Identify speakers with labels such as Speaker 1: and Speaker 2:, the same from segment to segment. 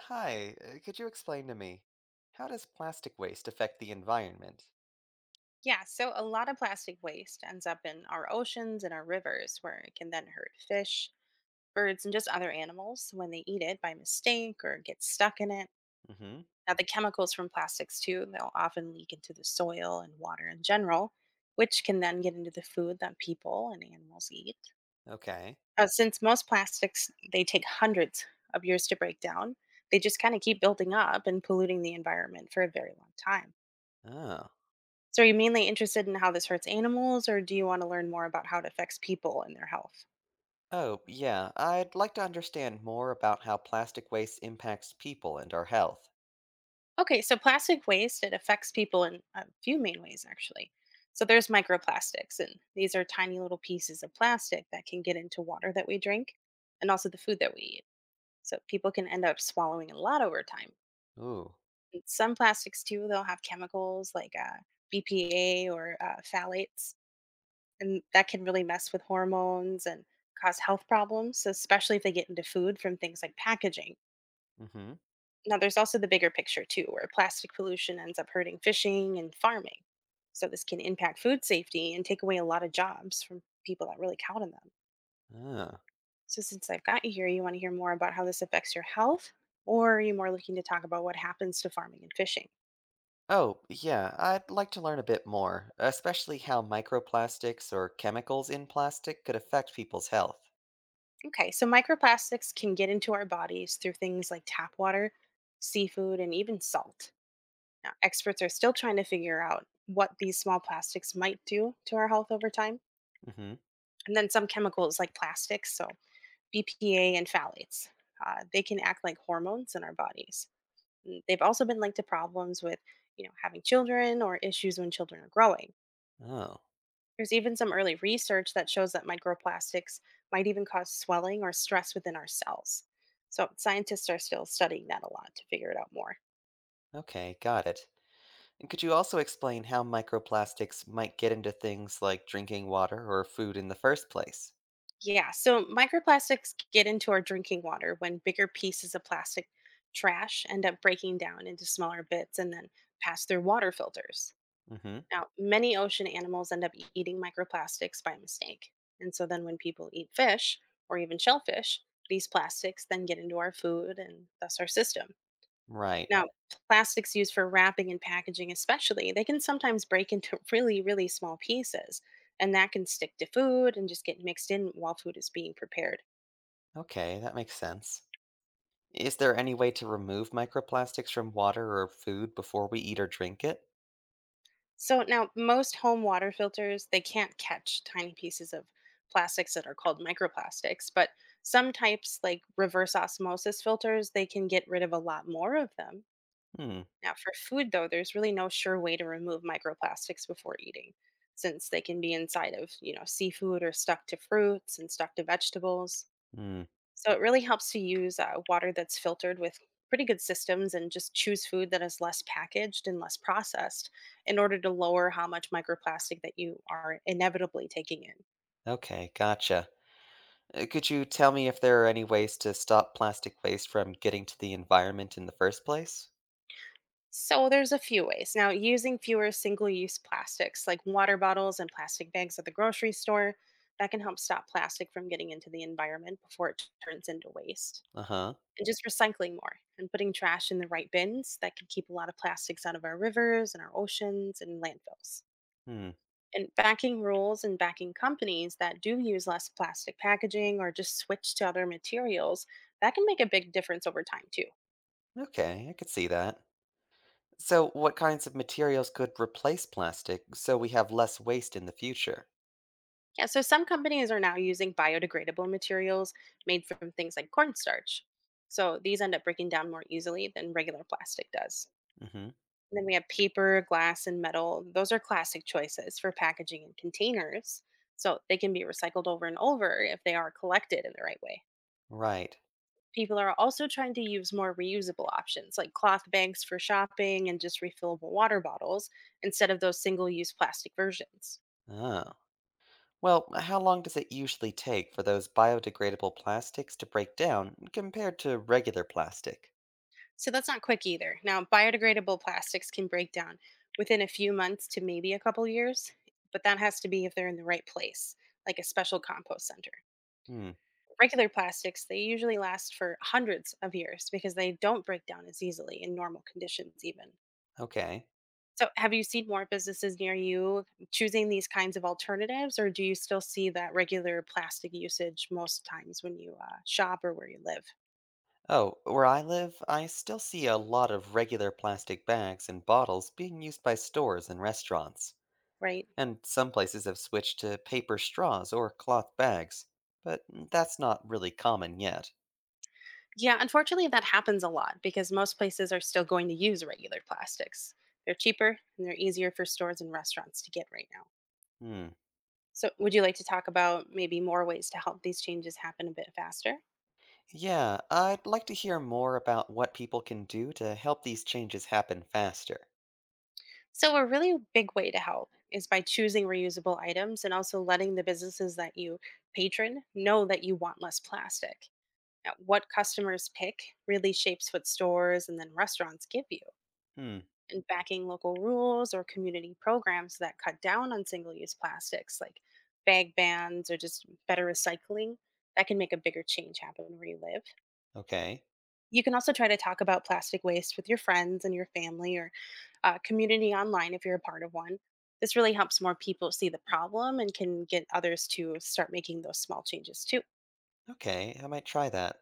Speaker 1: Hi, could you explain to me how does plastic waste affect the environment?
Speaker 2: Yeah, so a lot of plastic waste ends up in our oceans and our rivers, where it can then hurt fish, birds, and just other animals when they eat it by mistake or get stuck in it.
Speaker 1: Mm-hmm.
Speaker 2: Now, the chemicals from plastics, too, they'll often leak into the soil and water in general, which can then get into the food that people and animals eat.
Speaker 1: Okay.
Speaker 2: Since most plastics, they take hundreds of years to break down, they just kind of keep building up and polluting the environment for a very long time.
Speaker 1: Oh.
Speaker 2: So, are you mainly interested in how this hurts animals, or do you want to learn more about how it affects people and their health?
Speaker 1: Oh, yeah. I'd like to understand more about how plastic waste impacts people and our health.
Speaker 2: Okay, so plastic waste it affects people in a few main ways actually. So there's microplastics, and these are tiny little pieces of plastic that can get into water that we drink, and also the food that we eat. So people can end up swallowing a lot over time.
Speaker 1: Ooh.
Speaker 2: And some plastics too, they'll have chemicals like BPA or phthalates, and that can really mess with hormones and cause health problems, especially if they get into food from things like packaging.
Speaker 1: Mm-hmm.
Speaker 2: Now, there's also the bigger picture, too, where plastic pollution ends up hurting fishing and farming. So, this can impact food safety and take away a lot of jobs from people that really count on them.
Speaker 1: Oh.
Speaker 2: So, since I've got you here, you want to hear more about how this affects your health, or are you more looking to talk about what happens to farming and fishing?
Speaker 1: Oh, yeah. I'd like to learn a bit more, especially how microplastics or chemicals in plastic could affect people's health.
Speaker 2: Okay, so microplastics can get into our bodies through things like tap water, seafood, and even salt. Now, experts are still trying to figure out what these small plastics might do to our health over time.
Speaker 1: Mm-hmm.
Speaker 2: And then some chemicals like plastics, so BPA and phthalates, they can act like hormones in our bodies. And they've also been linked to problems with, having children or issues when children are growing.
Speaker 1: Oh.
Speaker 2: There's even some early research that shows that microplastics might even cause swelling or stress within our cells. So scientists are still studying that a lot to figure it out more.
Speaker 1: Okay, got it. And could you also explain how microplastics might get into things like drinking water or food in the first place?
Speaker 2: Yeah, so microplastics get into our drinking water when bigger pieces of plastic trash end up breaking down into smaller bits and then pass through water filters.
Speaker 1: Hmm.
Speaker 2: Now, many ocean animals end up eating microplastics by mistake. And so then when people eat fish or even shellfish, these plastics then get into our food and thus our system.
Speaker 1: Right.
Speaker 2: Now, plastics used for wrapping and packaging especially, they can sometimes break into really small pieces, and that can stick to food and just get mixed in while food is being prepared.
Speaker 1: Okay, that makes sense. Is there any way to remove microplastics from water or food before we eat or drink it?
Speaker 2: So now most home water filters, they can't catch tiny pieces of plastics that are called microplastics, but some types like reverse osmosis filters, they can get rid of a lot more of them.
Speaker 1: Hmm.
Speaker 2: Now for food though, there's really no sure way to remove microplastics before eating since they can be inside of, seafood or stuck to fruits and stuck to vegetables.
Speaker 1: Hmm.
Speaker 2: So it really helps to use water that's filtered with pretty good systems and just choose food that is less packaged and less processed in order to lower how much microplastic that you are inevitably taking in.
Speaker 1: Okay, gotcha. Could you tell me if there are any ways to stop plastic waste from getting to the environment in the first place?
Speaker 2: So there's a few ways. Now, using fewer single-use plastics like water bottles and plastic bags at the grocery store, that can help stop plastic from getting into the environment before it turns into waste.
Speaker 1: Uh-huh.
Speaker 2: And just recycling more and putting trash in the right bins, that can keep a lot of plastics out of our rivers and our oceans and landfills.
Speaker 1: Hmm.
Speaker 2: And backing rules and backing companies that do use less plastic packaging or just switch to other materials, that can make a big difference over time too.
Speaker 1: Okay, I could see that. So, what kinds of materials could replace plastic so we have less waste in the future?
Speaker 2: Yeah, so some companies are now using biodegradable materials made from things like cornstarch, so these end up breaking down more easily than regular plastic does.
Speaker 1: Hmm.
Speaker 2: And then we have paper, glass, and metal. Those are classic choices for packaging and containers, so they can be recycled over and over if they are collected in the right way.
Speaker 1: Right.
Speaker 2: People are also trying to use more reusable options like cloth bags for shopping and just refillable water bottles instead of those single use plastic versions.
Speaker 1: Oh. Well, how long does it usually take for those biodegradable plastics to break down compared to regular plastic?
Speaker 2: So that's not quick either. Now, biodegradable plastics can break down within a few months to maybe a couple years, but that has to be if they're in the right place, like a special compost center.
Speaker 1: Hmm.
Speaker 2: Regular plastics, they usually last for hundreds of years because they don't break down as easily in normal conditions, even.
Speaker 1: Okay.
Speaker 2: So, have you seen more businesses near you choosing these kinds of alternatives, or do you still see that regular plastic usage most times when you shop or where you live?
Speaker 1: Oh, where I live, I still see a lot of regular plastic bags and bottles being used by stores and restaurants.
Speaker 2: Right.
Speaker 1: And some places have switched to paper straws or cloth bags. But that's not really common yet.
Speaker 2: Yeah, unfortunately, that happens a lot because most places are still going to use regular plastics. They're cheaper and they're easier for stores and restaurants to get right now.
Speaker 1: Hmm.
Speaker 2: So, would you like to talk about maybe more ways to help these changes happen a bit faster?
Speaker 1: Yeah, I'd like to hear more about what people can do to help these changes happen faster.
Speaker 2: So, a really big way to help is by choosing reusable items and also letting the businesses that you patron know that you want less plastic. Now, what customers pick really shapes what stores and then restaurants give you.
Speaker 1: Hmm.
Speaker 2: And backing local rules or community programs that cut down on single use plastics, like bag bans or just better recycling, that can make a bigger change happen where you live.
Speaker 1: Okay.
Speaker 2: You can also try to talk about plastic waste with your friends and your family or community online if you're a part of one. This really helps more people see the problem and can get others to start making those small changes too.
Speaker 1: Okay, I might try that.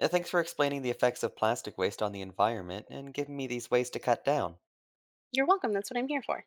Speaker 1: Thanks for explaining the effects of plastic waste on the environment and giving me these ways to cut down.
Speaker 2: You're welcome. That's what I'm here for.